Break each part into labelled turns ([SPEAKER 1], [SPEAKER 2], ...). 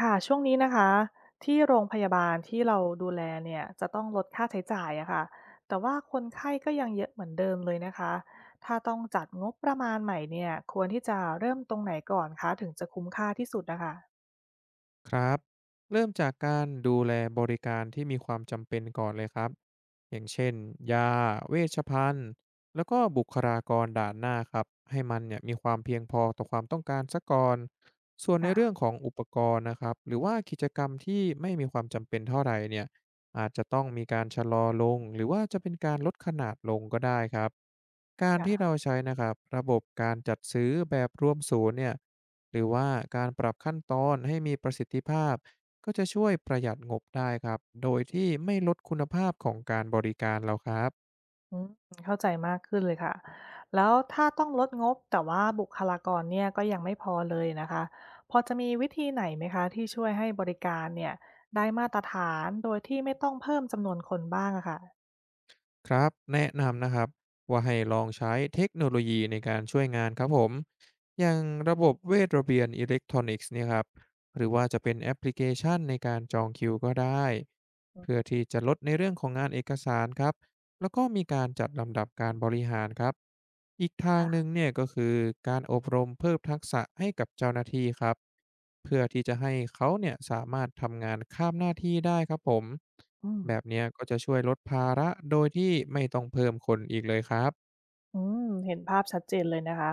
[SPEAKER 1] ค่ะช่วงนี้นะคะที่โรงพยาบาลที่เราดูแลเนี่ยจะต้องลดค่าใช้จ่ายอะค่ะแต่ว่าคนไข้ก็ยังเยอะเหมือนเดิมเลยนะคะถ้าต้องจัดงบประมาณใหม่เนี่ยควรที่จะเริ่มตรงไหนก่อนคะถึงจะคุ้มค่าที่สุดนะคะ
[SPEAKER 2] ครับเริ่มจากการดูแลบริการที่มีความจำเป็นก่อนเลยครับอย่างเช่นยาเวชภัณฑ์แล้วก็บุคลากรด่านหน้าครับให้มันเนี่ยมีความเพียงพอต่อความต้องการซะก่อนส่วนในเรื่อง
[SPEAKER 1] ค่ะ
[SPEAKER 2] ของอุปกรณ์นะครับหรือว่ากิจกรรมที่ไม่มีความจำเป็นเท่าไหร่เนี่ยอาจจะต้องมีการชะลอลงหรือว่าจะเป็นการลดขนาดลงก็ได้ครับการที่
[SPEAKER 1] ค่ะ
[SPEAKER 2] เราใช้นะครับระบบการจัดซื้อแบบรวมศูนย์เนี่ย หรือว่าการปรับขั้นตอนให้มีประสิทธิภาพก็จะช่วยประหยัดงบได้ครับโดยที่ไม่ลดคุณภาพของการบริการเราครับ
[SPEAKER 1] อืมเข้าใจมากขึ้นเลยค่ะแล้วถ้าต้องลดงบแต่ว่าบุคลากรเนี่ยก็ยังไม่พอเลยนะคะพอจะมีวิธีไหนไหมคะที่ช่วยให้บริการเนี่ยได้มาตรฐานโดยที่ไม่ต้องเพิ่มจำนวนคนบ้างอะค่ะ
[SPEAKER 2] ครับแนะนำนะครับว่าให้ลองใช้เทคโนโลยีในการช่วยงานครับผมอย่างระบบเวทระเบียนอิเล็กทรอนิกส์เนี่ยครับหรือว่าจะเป็นแอปพลิเคชันในการจองคิวก็ได้
[SPEAKER 1] อื
[SPEAKER 2] เพื่อ
[SPEAKER 1] ม
[SPEAKER 2] ที่จะลดในเรื่องของงานเอกสารครับ แล้วก็มีการจัดลำดับการบริหารครับ อีกทางหนึ่ง
[SPEAKER 1] ค่ะ
[SPEAKER 2] เนี่ยก็คือการอบรมเพิ่มทักษะให้กับเจ้าหน้าที่ครับ เพื่อที่จะให้เขาเนี่ยสามารถทำงานข้ามหน้าที่ได้ครับผม
[SPEAKER 1] อืม
[SPEAKER 2] แบบเนี้ยก็จะช่วยลดภาระโดยที่ไม่ต้องเพิ่มคนอีกเลยครับ
[SPEAKER 1] อืมเห็นภาพชัดเจนเลยนะคะ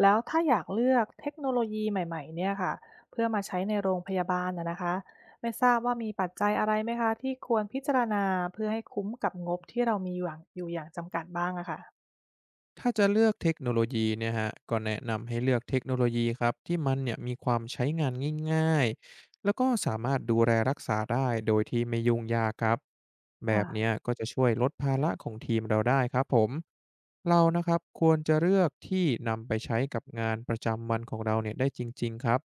[SPEAKER 1] แล้วถ้าอยากเลือกเทคโนโลยีใหม่ๆเนี่ยค่ะเพื่อมาใช้ในโรงพยาบาลนะคะ ไม่ทราบว่ามีปัจจัยอะไรไหมคะที่ควรพิจารณาเพื่อให้คุ้มกับงบที่เรามีอยู่อย่างจำกัดบ้างอะค่ะ
[SPEAKER 2] ถ้าจะเลือกเทคโนโลยีเนี่ยฮะัก็แนะนำให้เลือกเทคโนโลยีครับที่มันเนี่ยมีความใช้งานง่ายๆแล้วก็สามารถดูแลรักษาได้โดยที่ไม่ยุ่งยากครับแบ
[SPEAKER 1] ค่ะ
[SPEAKER 2] บเนี้ยก็จะช่วยลดภาระของทีมเราได้ครับผมเรานะครับควรจะเลือกที่นำไปใช้กับงานประจำวันของเราเนี่ยได้จริงๆครับ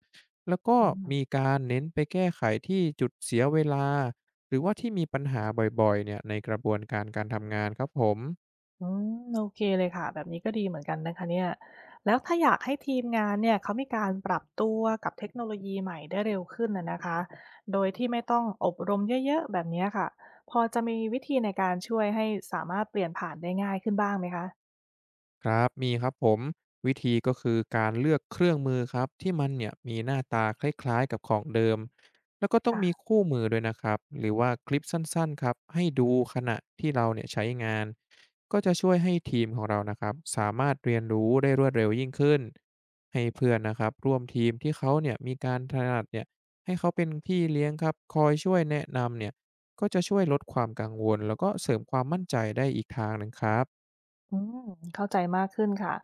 [SPEAKER 2] แล้วก็
[SPEAKER 1] อื
[SPEAKER 2] มี
[SPEAKER 1] ม
[SPEAKER 2] การเน้นไปแก้ไขที่จุดเสียเวลาหรือว่าที่มีปัญหาบ่อยๆเนี่ยในกระบวนการการทำงานครับผม
[SPEAKER 1] อืมโอเคเลยค่ะแบบนี้ก็ดีเหมือนกันนะคะเนี่ยแล้วถ้าอยากให้ทีมงานเนี่ยเขามีการปรับตัวกับเทคโนโลยีใหม่ได้เร็วขึ้นนะคะโดยที่ไม่ต้องอบรมเยอะๆแบบเนี้ยค่ะพอจะมีวิธีในการช่วยให้สามารถเปลี่ยนผ่านได้ง่ายขึ้นบ้างไหมคะ
[SPEAKER 2] ครับมีครับผมวิธีก็คือการเลือกเครื่องมือครับที่มันเนี่ยมีหน้าตาคล้ายๆกับของเดิมแล้วก็ต้องมี
[SPEAKER 1] ค่ะ
[SPEAKER 2] คู่มือด้วยนะครับหรือว่าคลิปสั้นๆครับให้ดูขณะที่เราเนี่ยใช้งานก็จะช่วยให้ทีมของเรานะครับสามารถเรียนรู้ได้รวดเร็วยิ่งขึ้นให้เพื่อนนะครับร่วมทีมที่เขาเนี่ยมีการถนัดเนี่ยให้เขาเป็นพี่เลี้ยงครับคอยช่วยแนะนำเนี่ยก็จะช่วยลดความกังวลแล้วก็เสริมความมั่นใจได้อีกทางหนึ่งครับ
[SPEAKER 1] อืมเข้าใจมากขึ้นค่ะ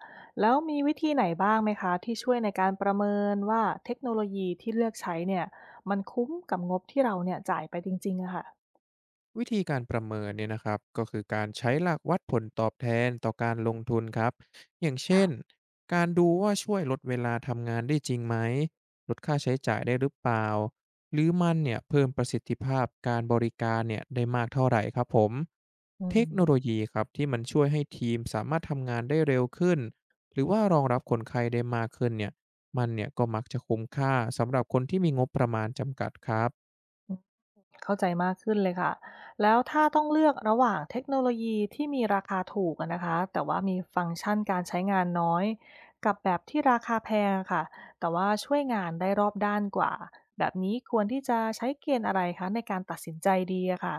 [SPEAKER 1] แล้วมีวิธีไหนบ้างไหมคะที่ช่วยในการประเมินว่าเทคโนโลยีที่เลือกใช้เนี่ยมันคุ้มกับงบที่เราเนี่ยจ่ายไปจริงๆอะค่ะ
[SPEAKER 2] วิธีการประเมินเนี่ยนะครับก็คือการใช้หลักวัดผลตอบแทนต่อการลงทุนครับอย่างเช่น
[SPEAKER 1] ค่ะ
[SPEAKER 2] การดูว่าช่วยลดเวลาทำงานได้จริงไหมลดค่าใช้จ่ายได้หรือเปล่าหรือมันเนี่ยเพิ่มประสิทธิภาพการบริการเนี่ยได้มากเท่าไหร่ครับผม
[SPEAKER 1] อื
[SPEAKER 2] เทค
[SPEAKER 1] ม
[SPEAKER 2] โนโลยีครับที่มันช่วยให้ทีมสามารถทำงานได้เร็วขึ้นหรือว่ารองรับคนไข้ได้มากขึ้นเนี่ยมันเนี่ยก็มักจะคุ้มค่าสำหรับคนที่มีงบประมาณจำกัดครับ
[SPEAKER 1] เข้าใจมากขึ้นเลยค่ะ แล้วถ้าต้องเลือกระหว่างเทคโนโลยีที่มีราคาถูกอะนะคะ แต่ว่ามีฟังก์ชันการใช้งานน้อยกับแบบที่ราคาแพงอะค่ะ แต่ว่าช่วยงานได้รอบด้านกว่า แบบนี้ควรที่จะใช้เกณฑ์อะไรคะในการตัดสินใจดีอะค่ะ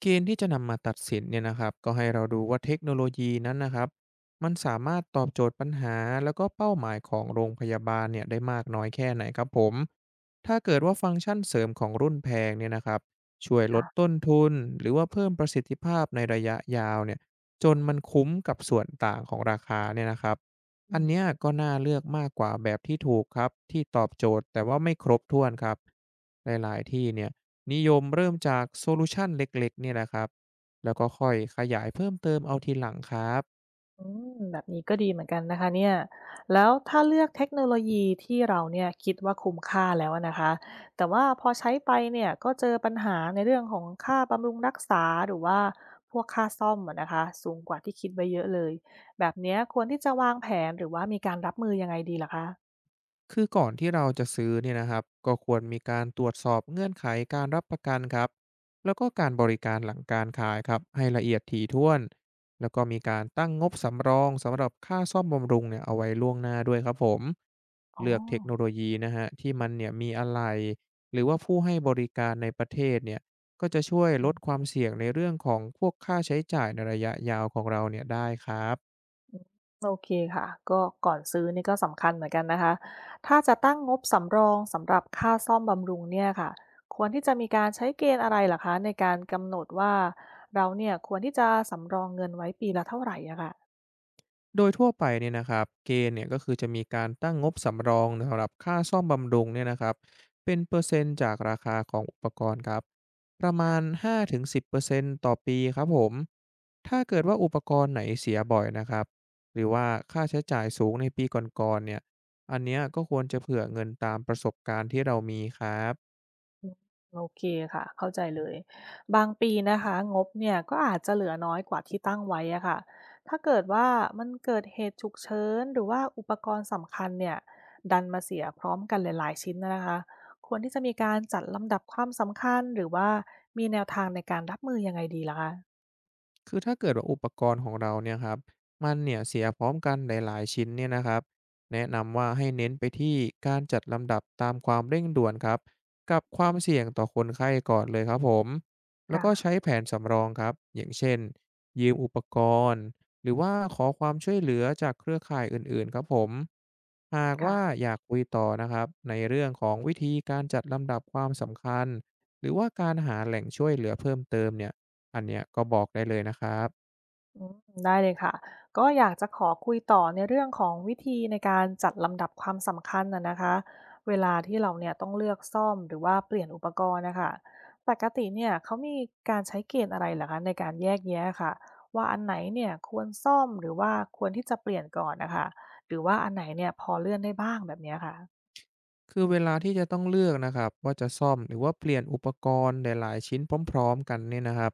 [SPEAKER 2] เกณฑ์ที่จะนำมาตัดสินเนี่ยนะครับก็ให้เราดูว่าเทคโนโลยีนั้นนะครับมันสามารถตอบโจทย์ปัญหาแล้วก็เป้าหมายของโรงพยาบาลเนี่ยได้มากน้อยแค่ไหนครับผมถ้าเกิดว่าฟังก์ชันเสริมของรุ่นแพงเนี่ยนะครับช่วยลด
[SPEAKER 1] ค่ะ
[SPEAKER 2] ต้นทุนหรือว่าเพิ่มประสิทธิภาพในระยะยาวเนี่ยจนมันคุ้มกับส่วนต่างของราคาเนี่ยนะครับ
[SPEAKER 1] อื
[SPEAKER 2] อัน
[SPEAKER 1] ม
[SPEAKER 2] เนี้ยก็น่าเลือกมากกว่าแบบที่ถูกครับที่ตอบโจทย์แต่ว่าไม่ครบถ้วนครับหลายๆที่เนี่ย นิยมเริ่มจากโซลูชันเล็กๆเนี่ยแหละครับแล้วก็ค่อยขยายเพิ่มเติมเอาทีหลังครับ
[SPEAKER 1] อืมแบบนี้ก็ดีเหมือนกันนะคะเนี่ยแล้วถ้าเลือกเทคโนโลยีที่เราเนี่ยคิดว่าคุ้มค่าแล้วอะนะคะแต่ว่าพอใช้ไปเนี่ยก็เจอปัญหาในเรื่องของค่าบำรุงรักษาหรือว่าพวกค่าซ่อมอะนะคะสูงกว่าที่คิดไว้เยอะเลย แบบเนี้ยควรที่จะวางแผนหรือว่ามีการรับมือยังไงดีล่ะคะ
[SPEAKER 2] คือก่อนที่เราจะซื้อเนี่ยนะครับก็ควรมีการตรวจสอบเงื่อนไขการรับประกันครับแล้วก็การบริการหลังการขายครับให้ละเอียดถี่ถ้วนแล้วก็มีการตั้งงบสำรองสำหรับค่าซ่อมบำรุงเนี่ยเอาไว้ล่วงหน้าด้วยครับผม
[SPEAKER 1] อ๋อ
[SPEAKER 2] เลือกเทคโนโลยีนะฮะที่มันเนี่ยมีอะไรหรือว่าผู้ให้บริการในประเทศเนี่ยก็จะช่วยลดความเสี่ยงในเรื่องของพวกค่าใช้จ่ายในระยะยาวของเราเนี่ยได้ครับ
[SPEAKER 1] โอเคค่ะก็ก่อนซื้อนี่ก็สำคัญเหมือนกันนะคะถ้าจะตั้งงบสำรองสำหรับค่าซ่อมบำรุงเนี่ยค่ะควรที่จะมีการใช้เกณฑ์อะไรเหรอคะในการกำหนดว่าเราเนี่ยควรที่จะสำรองเงินไว้ปีละเท่าไหร่อะค่ะ
[SPEAKER 2] โดยทั่วไปเนี่ยนะครับเกณฑ์เนี่ยก็คือจะมีการตั้งงบสำรองสำหรับค่าซ่อมบำรุงเนี่ยนะครับเป็นเปอร์เซ็นต์จากราคาของอุปกรณ์ครับประมาณ5-10%ตต่อปีครับผมถ้าเกิดว่าอุปกรณ์ไหนเสียบ่อยนะครับหรือว่าค่าใช้จ่ายสูงในปีก่อนๆเนี่ยอันเนี้ยก็ควรจะเผื่อเงินตามประสบการณ์ที่เรามีครับ
[SPEAKER 1] โอเคค่ะเข้าใจเลยบางปีนะคะงบเนี่ยก็อาจจะเหลือน้อยกว่าที่ตั้งไว้อะค่ะถ้าเกิดว่ามันเกิดเหตุฉุกเฉินหรือว่าอุปกรณ์สำคัญเนี่ยดันมาเสียพร้อมกันหลายๆชิ้นนะคะควรที่จะมีการจัดลำดับความสำคัญหรือว่ามีแนวทางในการรับมือยังไงดีล่ะคะ
[SPEAKER 2] คือถ้าเกิดว่าอุปกรณ์ของเราเนี่ยครับมันเนี่ยเสียพร้อมกันหลายๆชิ้นเนี่ยนะครับแนะนำว่าให้เน้นไปที่การจัดลำดับตามความเร่งด่วนครับกับความเสี่ยงต่อคนไข้ก่อนเลยครับผมแล้ว
[SPEAKER 1] ค่ะ
[SPEAKER 2] ก็ใช้แผนสำรองครับอย่างเช่นยืมอุปกรณ์หรือว่าขอความช่วยเหลือจากเครือข่ายอื่นๆครับผมหากว่า
[SPEAKER 1] ค่ะ
[SPEAKER 2] อยากคุยต่อนะครับในเรื่องของวิธีการจัดลำดับความสำคัญหรือว่าการหาแหล่งช่วยเหลือเพิ่มเติมเนี่ย อันเนี้ยก็บอกได้เลยนะครับ
[SPEAKER 1] อืมได้เลยค่ะก็อยากจะขอคุยต่อในเรื่องของวิธีในการจัดลำดับความสำคัญนะคะเวลาที่เราเนี่ยต้องเลือกซ่อมหรือว่าเปลี่ยนอุปกรณ์นะคะปกติเนี่ยเขามีการใช้เกณฑ์อะไรเหรอคะในการแยกแยะค่ะว่าอันไหนเนี่ยควรซ่อมหรือว่าควรที่จะเปลี่ยนก่อนนะคะหรือว่าอันไหนเนี่ยพอเลื่อนได้บ้างแบบเนี้ยค่ะ
[SPEAKER 2] คือเวลาที่จะต้องเลือกนะครับว่าจะซ่อมหรือว่าเปลี่ยนอุปกรณ์หลายๆชิ้นพร้อมๆกันเนี่ยนะครับ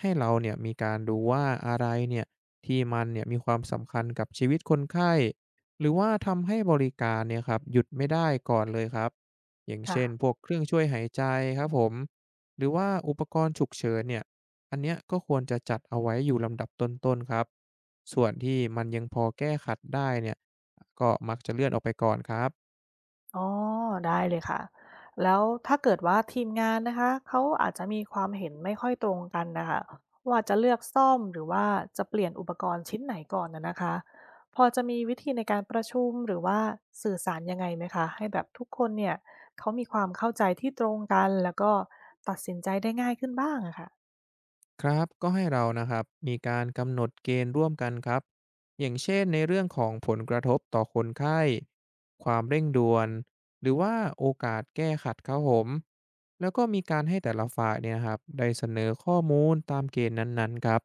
[SPEAKER 2] ให้เราเนี่ยมีการดูว่าอะไรเนี่ยที่มันเนี่ยมีความสำคัญกับชีวิตคนไข้หรือว่าทำให้บริการเนี่ยครับหยุดไม่ได้ก่อนเลยครับอย่าง
[SPEAKER 1] ค่ะ
[SPEAKER 2] เช่นพวกเครื่องช่วยหายใจครับผมหรือว่าอุปกรณ์ฉุกเฉินเนี่ยอันเนี้ยก็ควรจะจัดเอาไว้อยู่ลำดับต้นๆครับส่วนที่มันยังพอแก้ขัดได้เนี่ยก็มักจะเลื่อนออกไปก่อนครับ
[SPEAKER 1] อ๋อได้เลยค่ะแล้วถ้าเกิดว่าทีมงานนะคะเขาอาจจะมีความเห็นไม่ค่อยตรงกันนะคะว่าจะเลือกซ่อมหรือว่าจะเปลี่ยนอุปกรณ์ชิ้นไหนก่อนนะคะพอจะมีวิธีในการประชุมหรือว่าสื่อสารยังไงไหมคะให้แบบทุกคนเนี่ยเขามีความเข้าใจที่ตรงกันแล้วก็ตัดสินใจได้ง่ายขึ้นบ้างอะค่ะ
[SPEAKER 2] ครับก็ให้เรานะครับมีการกำหนดเกณฑ์ร่วมกันครับอย่างเช่นในเรื่องของผลกระทบต่อคนไข้ความเร่งด่วนหรือว่าโอกาสแก้ขัดครับผมแล้วก็มีการให้แต่ละฝ่ายเนี่ยนะครับได้เสนอข้อมูลตามเกณฑ์นั้นๆครับ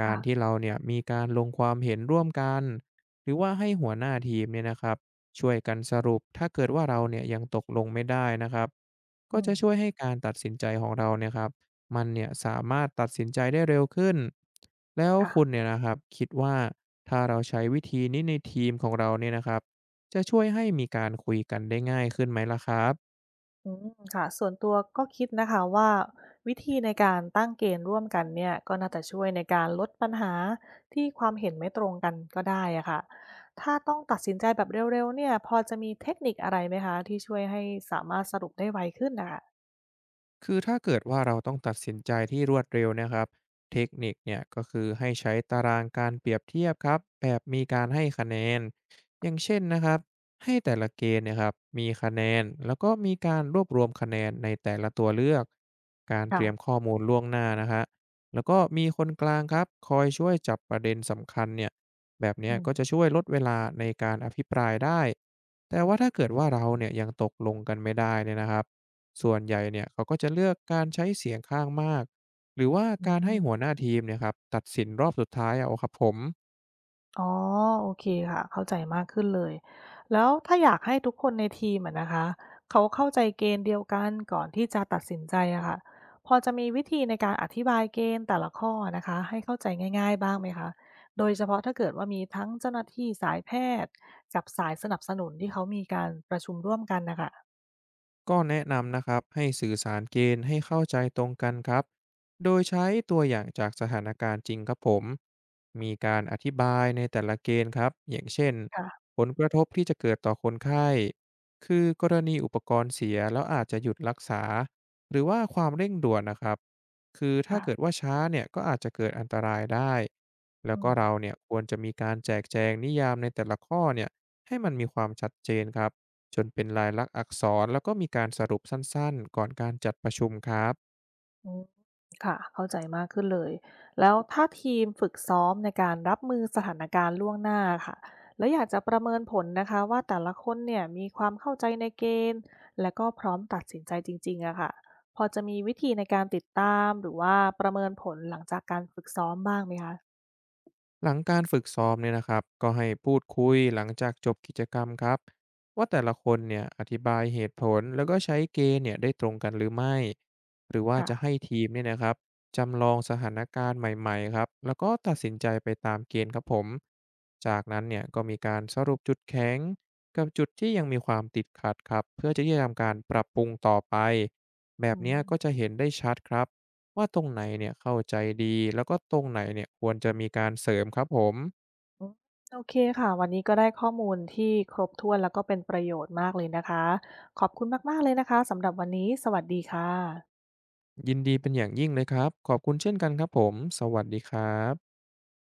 [SPEAKER 2] การที่
[SPEAKER 1] ค่ะ
[SPEAKER 2] เราเนี่ยมีการลงความเห็นร่วมกันหรือว่าให้หัวหน้าทีมเนี่ยนะครับช่วยกันสรุปถ้าเกิดว่าเราเนี่ยยังตกลงไม่ได้นะครับ
[SPEAKER 1] อื
[SPEAKER 2] ก็
[SPEAKER 1] ม
[SPEAKER 2] จะช่วยให้การตัดสินใจของเราเนี่ยครับ มันเนี่ยสามารถตัดสินใจได้เร็วขึ้น แล้ว
[SPEAKER 1] ค่ะ
[SPEAKER 2] คุณเนี่ยนะครับคิดว่าถ้าเราใช้วิธีนี้ในทีมของเราเนี่ยนะครับจะช่วยให้มีการคุยกันได้ง่ายขึ้นไหมล่ะครับ
[SPEAKER 1] อืมค่ะส่วนตัวก็คิดนะคะว่าวิธีในการตั้งเกณฑ์ร่วมกันเนี่ยก็น่าจะช่วยในการลดปัญหาที่ความเห็นไม่ตรงกันก็ได้อะค่ะถ้าต้องตัดสินใจแบบเร็วๆเนี่ยพอจะมีเทคนิคอะไรไหมคะที่ช่วยให้สามารถสรุปได้ไวขึ้นน่ะค่ะ
[SPEAKER 2] คือถ้าเกิดว่าเราต้องตัดสินใจที่รวดเร็วนะครับเทคนิคเนี่ยก็คือให้ใช้ตารางการเปรียบเทียบครับแบบมีการให้คะแนนอย่างเช่นนะครับให้แต่ละเกณฑ์เนะครับมีคะแนนแล้วก็มีการรวบรวมคะแนนในแต่ละตัวเลือกการเตรียม
[SPEAKER 1] ค่ะ
[SPEAKER 2] ข้อมูลล่วงหน้านะฮะแล้วก็มีคนกลางครับคอยช่วยจับประเด็นสำคัญเนี่ยแบบเนี้ย
[SPEAKER 1] อืม
[SPEAKER 2] ก็จะช่วยลดเวลาในการอภิปรายได้แต่ว่าถ้าเกิดว่าเราเนี่ยยังตกลงกันไม่ได้เนี่ยนะครับ ส่วนใหญ่เนี่ยเขาก็จะเลือกการใช้เสียงข้างมากหรือว่า
[SPEAKER 1] อื
[SPEAKER 2] การให้หัวห
[SPEAKER 1] ม
[SPEAKER 2] น้าทีมเนี่ยครับตัดสินรอบสุดท้ายเอาครับผม
[SPEAKER 1] อ๋อโอเคค่ะเข้าใจมากขึ้นเลยแล้วถ้าอยากให้ทุกคนในทีมอะนะคะเขาเข้าใจเกณฑ์เดียวกันก่อนที่จะตัดสินใจอะค่ะพอจะมีวิธีในการอธิบายเกณฑ์แต่ละข้อนะคะให้เข้าใจง่ายๆบ้างไหมคะโดยเฉพาะถ้าเกิดว่ามีทั้งเจ้าหน้าที่สายแพทย์กับสายสนับสนุนที่เขามีการประชุมร่วมกันนะคะ
[SPEAKER 2] ก็แนะนำนะครับให้สื่อสารเกณฑ์ให้เข้าใจตรงกันครับโดยใช้ตัวอย่างจากสถานการณ์จริงครับผมมีการอธิบายในแต่ละเกณฑ์ครับอย่างเช่น
[SPEAKER 1] ค่ะ
[SPEAKER 2] ผลกระทบที่จะเกิดต่อคนไข้คือกรณีอุปกรณ์เสียแล้วอาจจะหยุดรักษาหรือว่าความเร่งด่วนนะครับคือถ้าเกิด
[SPEAKER 1] ค่ะ
[SPEAKER 2] ว่าช้าเนี่ยก็อาจจะเกิดอันตรายได้แล้ว
[SPEAKER 1] อื
[SPEAKER 2] ก็เรา
[SPEAKER 1] ม
[SPEAKER 2] เนี่ยควรจะมีการแจกแจงนิยามในแต่ละข้อเนี่ยให้มันมีความชัดเจนครับ จนเป็นลายลักษณ์อักษรแล้วก็มีการสรุปสั้นๆก่อนการจัดประชุมครับ
[SPEAKER 1] อืมค่ะเข้าใจมากขึ้นเลยแล้วถ้าทีมฝึกซ้อมในการรับมือสถานการณ์ล่วงหน้าค่ะแล้วอยากจะประเมินผลนะคะว่าแต่ละคนเนี่ยมีความเข้าใจในเกณฑ์และก็พร้อมตัดสินใจจริงๆอะค่ะพอจะมีวิธีในการติดตามหรือว่าประเมินผลหลังจากการฝึกซ้อมบ้างไหมคะ
[SPEAKER 2] หลังการฝึกซ้อมเนี่ยนะครับก็ให้พูดคุยหลังจากจบกิจกรรมครับว่าแต่ละคนเนี่ยอธิบายเหตุผลแล้วก็ใช้เกณฑ์เนี่ยได้ตรงกันหรือไม่หรือว่าจะ
[SPEAKER 1] ค่ะ
[SPEAKER 2] ให้ทีมเนี่ยนะครับจำลองสถานการณ์ใหม่ๆครับแล้วก็ตัดสินใจไปตามเกณฑ์ครับผมจากนั้นเนี่ยก็มีการสรุปจุดแข็งกับจุดที่ยังมีความติดขัดครับเพื่อจะได้ทำการปรับปรุงต่อไปแบบ
[SPEAKER 1] อื
[SPEAKER 2] เนี้ยก็จะ
[SPEAKER 1] ม
[SPEAKER 2] เห็นได้ชัดครับ ว่าตรงไหนเนี่ยเข้าใจดีแล้วก็ตรงไหนเนี่ยควรจะมีการเสริมครับผม
[SPEAKER 1] อืมโอเคค่ะวันนี้ก็ได้ข้อมูลที่ครบถ้วนแล้วก็เป็นประโยชน์มากเลยนะคะขอบคุณมากๆเลยนะคะสำหรับวันนี้สวัสดีค่ะ
[SPEAKER 2] ยินดีเป็นอย่างยิ่งเลยครับขอบคุณเช่นกันครับผมสวัสดีครับ